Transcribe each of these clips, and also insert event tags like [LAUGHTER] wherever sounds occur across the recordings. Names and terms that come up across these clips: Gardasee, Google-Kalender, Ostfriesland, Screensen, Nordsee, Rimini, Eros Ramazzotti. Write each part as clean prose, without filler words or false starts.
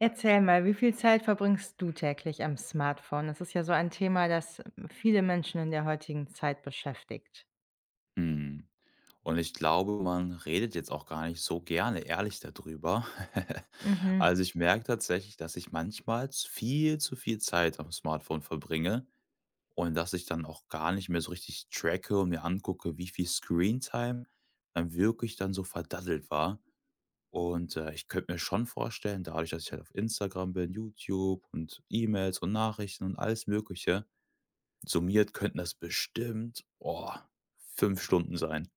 Erzähl mal, wie viel Zeit verbringst du täglich am Smartphone? Das ist ja so ein Thema, das viele Menschen in der heutigen Zeit beschäftigt. Mhm. Und ich glaube, man redet jetzt auch gar nicht so gerne ehrlich darüber. [LAUGHS] Mhm. Also, ich merke tatsächlich, dass ich manchmal z viel zu viel Zeit am Smartphone verbringe und dass ich dann auch gar nicht mehr so richtig tracke und mir angucke, wie viel Screentime dann wirklich dann so verdaddelt war. Ich könnte mir schon vorstellen, dadurch, dass ich halt auf Instagram bin, YouTube und E-Mails und Nachrichten und alles Mögliche, summiert könnten das bestimmt, oh, 5 Stunden sein.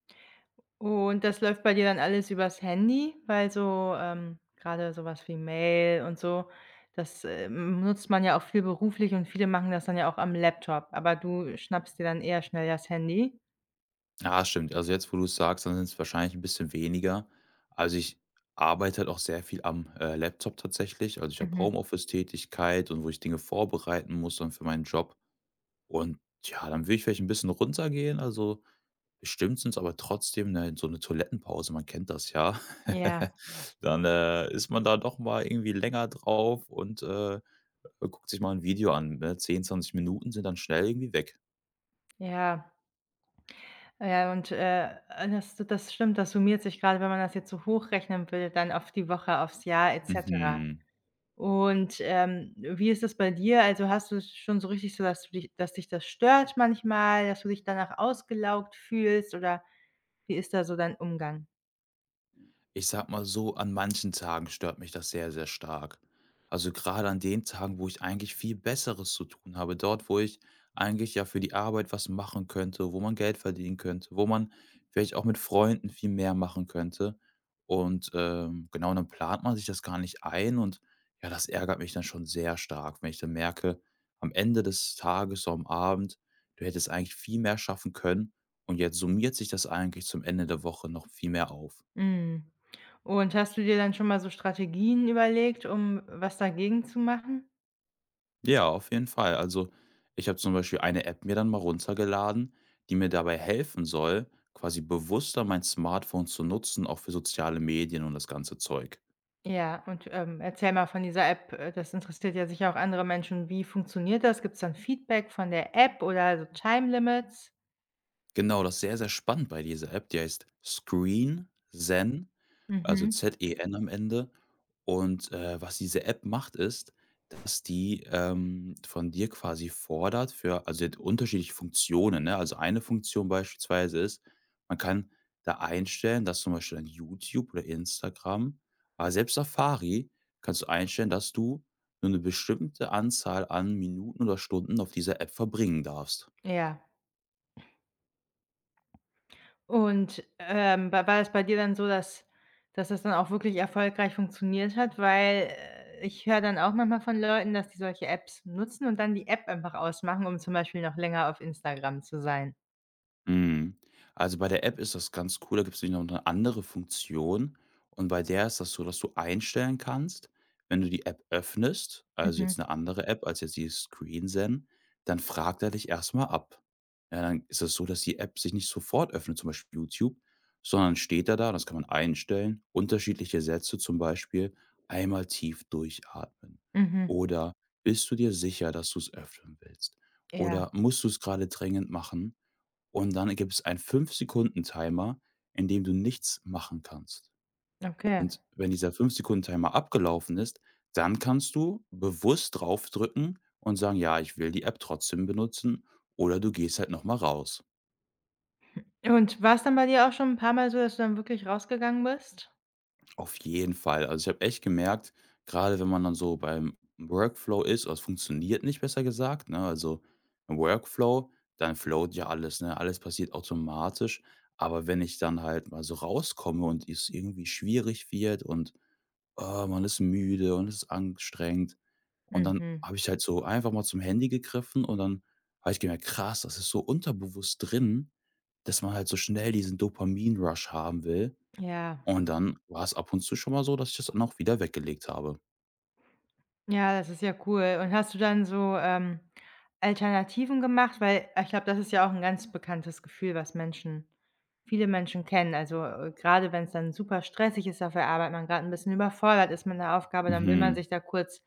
Und das läuft bei dir dann alles übers Handy? Weil so, grade so wie Mail und so, das, nutzt man ja auch viel beruflich und viele machen das dann ja auch am Laptop, aber du schnappst dir dann eher schnell das Handy? Ja, stimmt. Also jetzt, wo du es sagst, dann sind es wahrscheinlich ein bisschen weniger. Also, ich arbeite halt auch sehr viel am, Laptop tatsächlich. Also, ich habe Mhm. Homeoffice-Tätigkeit und wo ich Dinge vorbereiten muss dann für meinen Job. Und ja, dann will ich vielleicht ein bisschen runtergehen. Also, bestimmt sind es aber trotzdem 'ne so eine Toilettenpause, man kennt das ja. Ja, [LAUGHS] Dann, ist man da doch mal irgendwie länger drauf und, guckt sich mal ein Video an, ne? 10, 20 Minuten sind dann schnell irgendwie weg. ja. Ja, und, das stimmt, das summiert sich gerade, wenn man das jetzt so hochrechnen will, dann auf die Woche, aufs Jahr et cetera. Mhm. Und, wie ist das bei dir? Also, hast du es schon so richtig so, dass dich das stört manchmal, dass du dich danach ausgelaugt fühlst oder wie ist da so dein Umgang? Ich sag mal so, an manchen Tagen stört mich das sehr, sehr stark. Also gerade an den Tagen, wo ich eigentlich viel Besseres zu tun habe, dort, wo ich eigentlich ja für die Arbeit was machen könnte, wo man Geld verdienen könnte, wo man vielleicht auch mit Freunden viel mehr machen könnte. Und, genau, dann plant man sich das gar nicht ein und ja, das ärgert mich dann schon sehr stark, wenn ich dann merke, am Ende des Tages, so am Abend, du hättest eigentlich viel mehr schaffen können und jetzt summiert sich das eigentlich zum Ende der Woche noch viel mehr auf. Mhm. Und hast du dir dann schon mal so Strategien überlegt, um was dagegen zu machen? Ja, auf jeden Fall. Also, ich habe zum Beispiel eine App mir dann mal runtergeladen, die mir dabei helfen soll, quasi bewusster mein Smartphone zu nutzen, auch für soziale Medien und das ganze Zeug. Ja, und, erzähl mal von dieser App, das interessiert ja sicher auch andere Menschen. Wie funktioniert das? Gibt es dann Feedback von der App oder so Time Limits? Genau, das ist sehr, sehr spannend bei dieser App. Die heißt Screen, also Mhm. Zen am Ende. Und, was diese App macht, ist, dass die, von dir quasi fordert für, also, sie hat unterschiedliche Funktionen, ne? Also, eine Funktion beispielsweise ist, man kann da einstellen, dass zum Beispiel an YouTube oder Instagram, aber selbst Safari, kannst du einstellen, dass du nur eine bestimmte Anzahl an Minuten oder Stunden auf dieser App verbringen darfst. Ja. Und, wa war es bei dir dann so, dass das dann auch wirklich erfolgreich funktioniert hat? Weil, ich höre dann auch manchmal von Leuten, dass die solche Apps nutzen und dann die App einfach ausmachen, um zum Beispiel noch länger auf Instagram zu sein. Mhm. Also, bei der App ist das ganz cool, da gibt es nämlich noch eine andere Funktion und bei der ist das so, dass du einstellen kannst, wenn du die App öffnest, also jetzt Mhm, eine andere App als jetzt die Screensen, dann fragt er dich erstmal ab. Ja, dann ist es so, dass die App sich nicht sofort öffnet, zum Beispiel YouTube, sondern steht er da, das kann man einstellen, unterschiedliche Sätze, zum Beispiel: „Einmal tief durchatmen“ mhm. oder „Bist du dir sicher, dass du es öffnen willst?“ Ja, oder „Musst du es gerade dringend machen?“ und dann gibt es einen 5 Sekunden-Timer, in dem du nichts machen kannst. okay. Und wenn dieser 5 Sekunden-Timer abgelaufen ist, dann kannst du bewusst draufdrücken und sagen: „Ja, ich will die App trotzdem benutzen“, oder du gehst halt noch mal raus. Und war es dann bei dir auch schon ein paar Mal so, dass du dann wirklich rausgegangen bist? Auf jeden Fall. Also, ich habe echt gemerkt, gerade wenn man dann so beim Workflow ist, oder es funktioniert nicht, besser gesagt, ne? Also, im Workflow, dann flowt ja alles, ne? Alles passiert automatisch. Aber wenn ich dann halt mal so rauskomme und es irgendwie schwierig wird und, ah, man ist müde und es ist anstrengend und dann Mhm, habe ich halt so einfach mal zum Handy gegriffen und dann habe ich gemerkt: „Krass, das ist so unterbewusst drin, dass man halt so schnell diesen Dopamin-Rush haben will.“ ja. Und dann war es ab und zu schon mal so, dass ich das dann auch wieder weggelegt habe. Ja, das ist ja cool. Und hast du dann so, Alternativen gemacht? Weil, ich glaube, das ist ja auch ein ganz bekanntes Gefühl, was Menschen viele Menschen kennen. Also, gerade wenn es dann super stressig ist auf der Arbeit, man gerade ein bisschen überfordert ist mit 'ner Aufgabe, dann will man Mhm. sich da kurz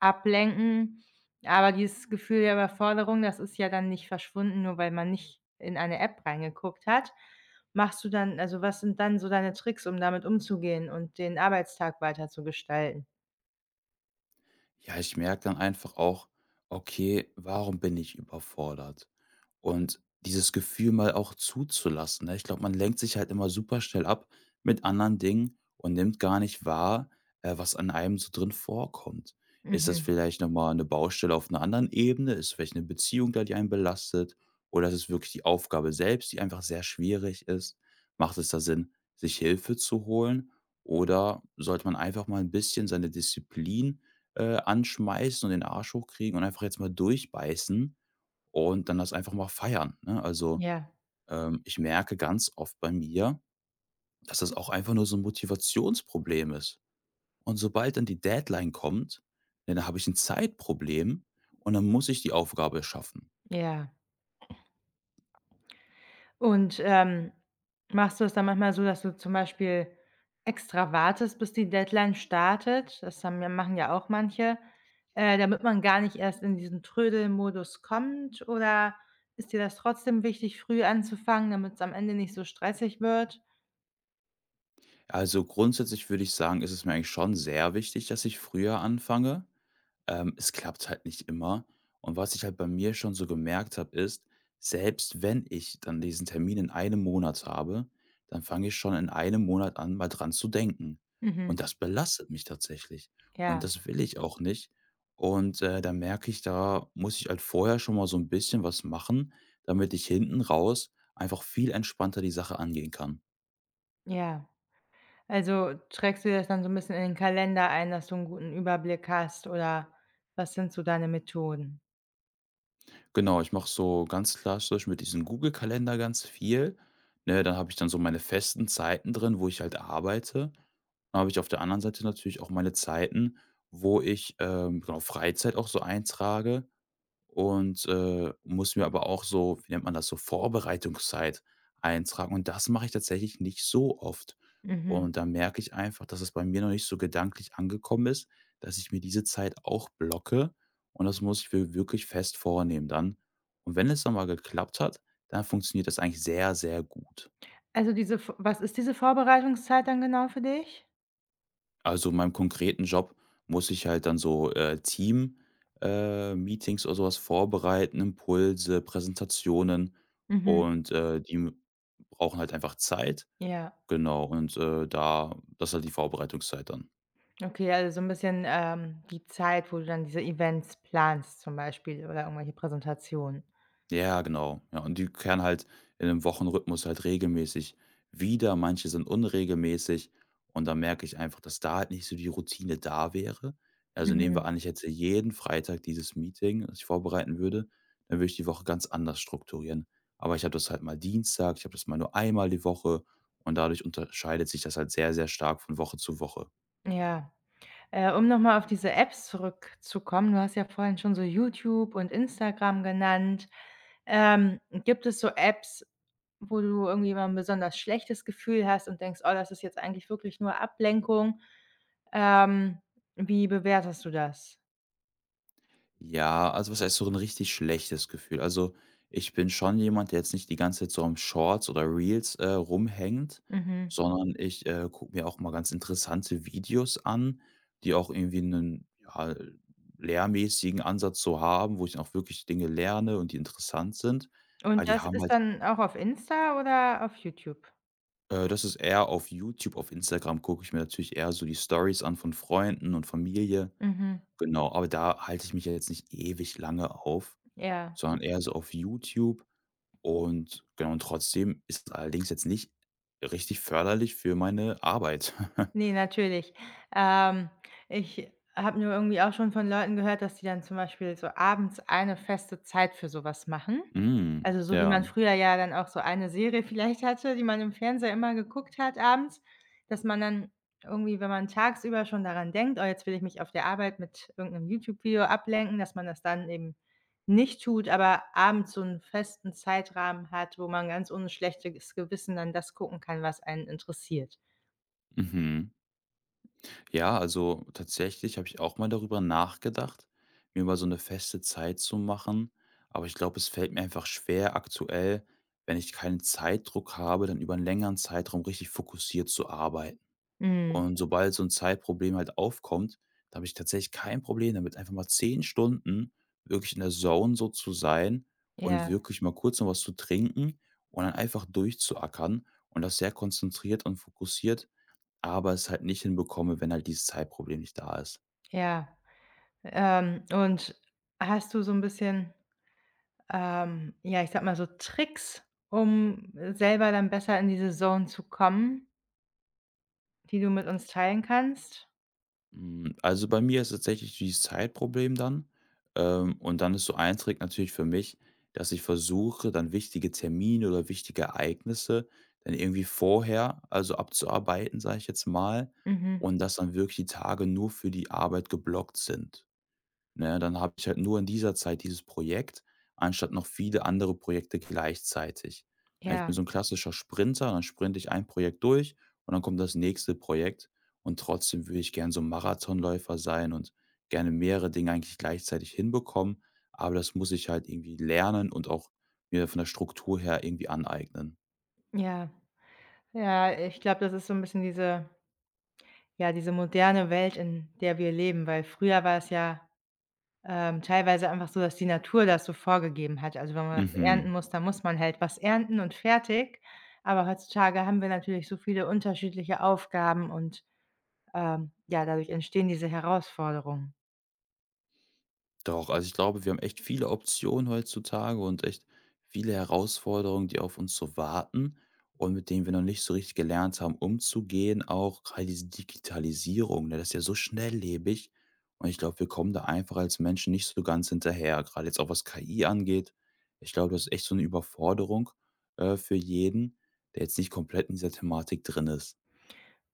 ablenken. Aber dieses Gefühl der Überforderung, das ist ja dann nicht verschwunden, nur weil man nicht in eine App reingeguckt hat. Machst du dann Also, was sind dann so deine Tricks, um damit umzugehen und den Arbeitstag weiter zu gestalten? Ja, ich merke dann einfach auch: „Okay, warum bin ich überfordert?“ Und dieses Gefühl mal auch zuzulassen, ne? Ich glaube, man lenkt sich halt immer super schnell ab mit anderen Dingen und nimmt gar nicht wahr, was an einem so drin vorkommt. Ist das Mhm, vielleicht noch mal 'ne Baustelle auf einer anderen Ebene? Ist vielleicht eine Beziehung da, die einen belastet? Oder ist es wirklich die Aufgabe selbst, die einfach sehr schwierig ist? Macht es da Sinn, sich Hilfe zu holen? Oder sollte man einfach mal ein bisschen seine Disziplin, anschmeißen und den Arsch hochkriegen und einfach jetzt mal durchbeißen und dann das einfach mal feiern, ne? Also, ja. Ich merke ganz oft bei mir, dass das auch einfach nur so ein Motivationsproblem ist. Und sobald dann die Deadline kommt, ja, dann habe ich ein Zeitproblem und dann muss ich die Aufgabe schaffen. Ja. Und, machst du es dann manchmal so, dass du zum Beispiel extra wartest, bis die Deadline startet? Das haben ja machen ja auch manche, damit man gar nicht erst in diesen Trödelmodus kommt oder ist dir das trotzdem wichtig, früh anzufangen, damit es am Ende nicht so stressig wird? Also, grundsätzlich würde ich sagen, ist es mir eigentlich schon sehr wichtig, dass ich früher anfange. Es klappt halt nicht immer. Und was ich halt bei mir schon so gemerkt habe, ist, selbst wenn ich dann diesen Termin in einem Monat habe, dann fange ich schon in einem Monat an, mal dran zu denken. Mhm. Und das belastet mich tatsächlich. Und Ja, das will ich auch nicht. Und da merke ich, da muss ich halt vorher schon mal so ein bisschen was machen, damit ich hinten raus einfach viel entspannter die Sache angehen kann. ja. Also, trägst du das dann so ein bisschen in den Kalender ein, dass du einen guten Überblick hast oder was sind so deine Methoden? Genau, ich mache so ganz klassisch mit diesem Google-Kalender ganz viel. Ne, da habe ich dann so meine festen Zeiten drin, wo ich halt arbeite. Dann habe ich auf der anderen Seite natürlich auch meine Zeiten, wo ich, genau, Freizeit auch so eintrage und, muss mir aber auch so, wie nennt man das, so Vorbereitungszeit eintragen, und das mache ich tatsächlich nicht so oft. Mhm. Und da merke ich einfach, dass es bei mir noch nicht so gedanklich angekommen ist, dass ich mir diese Zeit auch blocke und das muss ich mir wirklich fest vornehmen dann. Und wenn es dann mal geklappt hat, dann funktioniert das eigentlich sehr, sehr gut. Also, diese V was ist diese Vorbereitungszeit dann genau für dich? Also, in meinem konkreten Job muss ich halt dann so, Team Meetings oder sowas vorbereiten, Impulse, Präsentationen Mhm, und, brauchen halt einfach Zeit. ja. Genau und, da das ist halt die Vorbereitungszeit dann. Okay, also, so ein bisschen, die Zeit, wo du dann diese Events planst zum Beispiel oder irgendwelche Präsentationen. Ja, genau. Ja, und die kehren halt in 'nem Wochenrhythmus halt regelmäßig wieder. Manche sind unregelmäßig und da merke ich einfach, dass da halt nicht so die Routine da wäre. Also, nehmen wir Mhm. an, ich hätte jeden Freitag dieses Meeting, das ich vorbereiten würde, dann würde ich die Woche ganz anders strukturieren. Aber ich habe das halt mal Dienstag, ich habe das mal nur einmal die Woche und dadurch unterscheidet sich das halt sehr, sehr stark von Woche zu Woche. Ja, um noch mal auf diese Apps zurückzukommen, du hast ja vorhin schon so YouTube und Instagram genannt. Gibt es so Apps, wo du irgendwie mal ein besonders schlechtes Gefühl hast und denkst: „Oh, das ist jetzt eigentlich wirklich nur Ablenkung?“ Ähm, Wie bewertest du das? Ja, also was heißt so ein richtig schlechtes Gefühl? Also, ich bin schon jemand, der jetzt nicht die ganze Zeit so am Shorts oder Reels, rumhängt, Mhm. sondern ich, gucke mir auch mal ganz interessante Videos an, die auch irgendwie einen, ja, lehrmäßigen Ansatz so haben, wo ich dann auch wirklich Dinge lerne und die interessant sind. Aber Und die das haben ist halt, dann auch auf Insta oder auf YouTube? Das ist eher auf YouTube, auf Instagram gucke ich mir natürlich eher so die Stories an von Freunden und Familie. Mhm, Genau, aber da halte ich mich ja jetzt nicht ewig lange auf, ja. sondern eher so auf YouTube und genau, und trotzdem ist es allerdings jetzt nicht richtig förderlich für meine Arbeit. [LAUGHS] Ne, natürlich. Ähm, Ich habe nur irgendwie auch schon von Leuten gehört, dass die dann zum Beispiel so abends eine feste Zeit für sowas machen. Hm, Also, so wie ja, man früher ja dann auch so eine Serie vielleicht hatte, die man im Fernseher immer geguckt hat abends, dass man dann irgendwie, wenn man tagsüber schon daran denkt: „Oh, jetzt will ich mich auf der Arbeit mit irgendeinem YouTube-Video ablenken“, dass man das dann eben nicht tut, aber abends so einen festen Zeitrahmen hat, wo man ganz ohne schlechtes Gewissen dann das gucken kann, was einen interessiert. mhm. Ja, also tatsächlich habe ich auch mal darüber nachgedacht, mir mal so eine feste Zeit zu machen, aber ich glaube, es fällt mir einfach schwer aktuell, wenn ich keinen Zeitdruck habe, dann über einen längeren Zeitraum richtig fokussiert zu arbeiten. Mhm, Und sobald so ein Zeitproblem halt aufkommt, da habe ich tatsächlich kein Problem damit, einfach mal 10 Stunden wirklich in der Zone so zu sein und ja, wirklich mal kurz noch was zu trinken und dann einfach durchzuackern und das sehr konzentriert und fokussiert, aber es halt nicht hinbekomme, wenn halt dieses Zeitproblem nicht da ist. ja. Und hast du so 'n bisschen, ja, ich sage mal so Tricks, um selber dann besser in diese Zone zu kommen, die du mit uns teilen kannst? Hm, also, bei mir ist tatsächlich dieses Zeitproblem dann, und dann ist so ein Trick natürlich für mich, dass ich versuche, dann wichtige Termine oder wichtige Ereignisse dann irgendwie vorher, also, abzuarbeiten, sage ich jetzt mal, Mhm, und dass dann wirklich die Tage nur für die Arbeit geblockt sind. Ne, dann habe ich halt nur in dieser Zeit dieses Projekt, anstatt noch viele andere Projekte gleichzeitig. Ja, ich bin ja, so ein klassischer Sprinter, dann sprinte ich ein Projekt durch und dann kommt das nächste Projekt und trotzdem würde ich gerne so 'n Marathonläufer sein und gerne mehrere Dinge eigentlich gleichzeitig hinbekommen, aber das muss ich halt irgendwie lernen und auch mir von der Struktur her irgendwie aneignen. ja. Ja, ich glaube, das ist so 'n bisschen diese moderne Welt, in der wir leben, weil früher war es ja. Teilweise einfach so, dass die Natur das so vorgegeben hat. Also, wenn man was ernten Mhm. muss, dann muss man halt was ernten und fertig. Aber heutzutage haben wir natürlich so viele unterschiedliche Aufgaben und, ja, dadurch entstehen diese Herausforderungen. Doch, also ich glaube, wir haben echt viele Optionen heutzutage und echt viele Herausforderungen, die auf uns so warten und mit denen wir noch nicht so richtig gelernt haben, umzugehen. Auch gerade diese Digitalisierung, ne, das ist ja so schnelllebig. Und ich glaube, wir kommen da einfach als Menschen nicht so ganz hinterher. Gerade jetzt auch was KI angeht. Ich glaube, das ist echt so eine Überforderung, für jeden, der jetzt nicht komplett in dieser Thematik drin ist.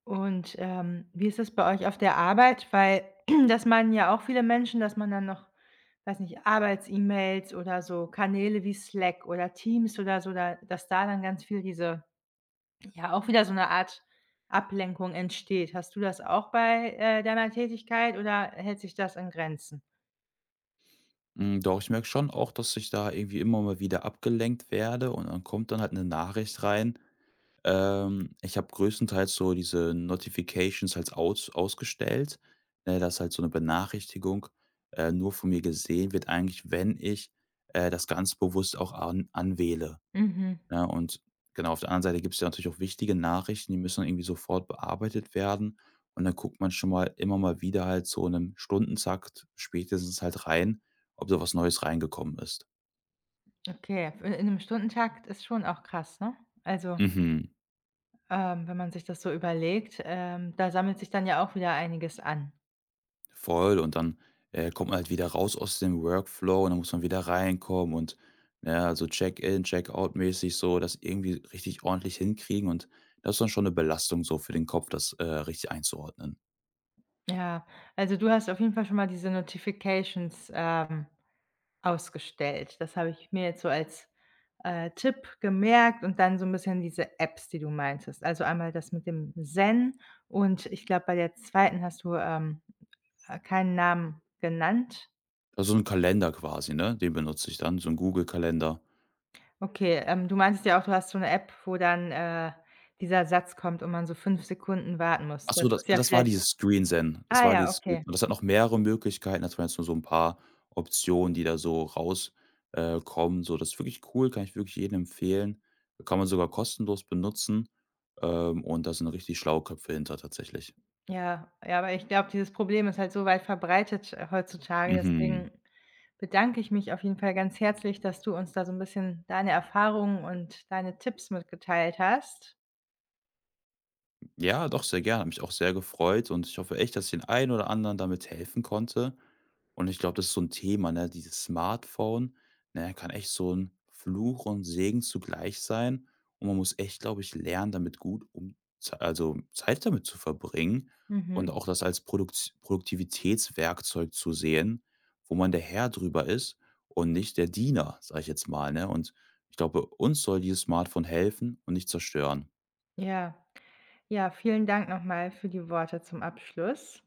Und, wie ist es bei euch auf der Arbeit? Weil [CLEARS THROAT] das meinen ja auch viele Menschen, dass man dann noch, weiß nicht, Arbeits-E-Mails oder so Kanäle wie Slack oder Teams oder so, da dass da dann ganz viel diese Ja, auch wieder so eine Art Ablenkung entsteht. Hast du das auch bei, deiner Tätigkeit oder hält sich das in Grenzen? Mm, doch, ich merke schon auch, dass ich da irgendwie immer mal wieder abgelenkt werde und dann kommt dann halt eine Nachricht rein. Ich habe größtenteils so diese Notifications halt ausgestellt, ne, dass halt so eine Benachrichtigung, nur von mir gesehen wird eigentlich, wenn ich, das ganz bewusst auch an anwähle, Mhm, ne? Und genau, auf der anderen Seite gibt es ja natürlich auch wichtige Nachrichten, die müssen dann irgendwie sofort bearbeitet werden. Und dann guckt man schon mal immer mal wieder halt so in 'nem Stundentakt spätestens halt rein, ob da was Neues reingekommen ist. okay. In 'nem Stundentakt ist schon auch krass, ne? Also, Mhm. Wenn man sich das so überlegt, da sammelt sich dann ja auch wieder einiges an. Voll, und dann, kommt man halt wieder raus aus dem Workflow und dann muss man wieder reinkommen und, ja, also Check-in, Check-out mäßig so das irgendwie richtig ordentlich hinkriegen und das ist dann schon eine Belastung so für den Kopf, das, richtig einzuordnen. Ja, also, du hast auf jeden Fall schon mal diese Notifications, ausgestellt. Das habe ich mir jetzt so als Tipp gemerkt und dann so ein bisschen diese Apps, die du meintest. Also, einmal das mit dem Zen und ich glaube, bei der zweiten hast du, keinen Namen genannt. Also so ein Kalender quasi, ne? Den benutze ich dann, so ein Google-Kalender. Okay, du meintest ja auch, du hast so 'ne App, wo dann, dieser Satz kommt und man so 5 Sekunden warten muss. Ach so, Das das ist ja das war vielleicht dieses Screensen. Das ah war ja, dieses Screen, okay. das hat noch mehrere Möglichkeiten. Das waren jetzt nur so 'n paar Optionen, die da so raus kommen. So, das ist wirklich cool, kann ich wirklich jedem empfehlen. Kann man sogar kostenlos benutzen, und da sind richtig schlaue Köpfe hinter tatsächlich. Ja, ja, aber ich glaube, dieses Problem ist halt so weit verbreitet, heutzutage. Mhm. Deswegen bedanke ich mich auf jeden Fall ganz herzlich, dass du uns da so 'n bisschen deine Erfahrungen und deine Tipps mitgeteilt hast. Ja, doch, sehr gerne. Hat mich auch sehr gefreut und ich hoffe echt, dass ich den einen oder anderen damit helfen konnte. Und ich glaube, das ist so ein Thema, ne? Dieses Smartphone, ne, kann echt so ein Fluch und Segen zugleich sein. Und man muss echt, glaube ich, lernen, damit gut um z also Zeit damit zu verbringen Mhm. und auch das als Produktivitätswerkzeug zu sehen, wo man der Herr drüber ist und nicht der Diener, sage ich jetzt mal, ne? Und ich glaube, uns soll dieses Smartphone helfen und nicht zerstören. Ja. Ja, vielen Dank nochmal für die Worte zum Abschluss.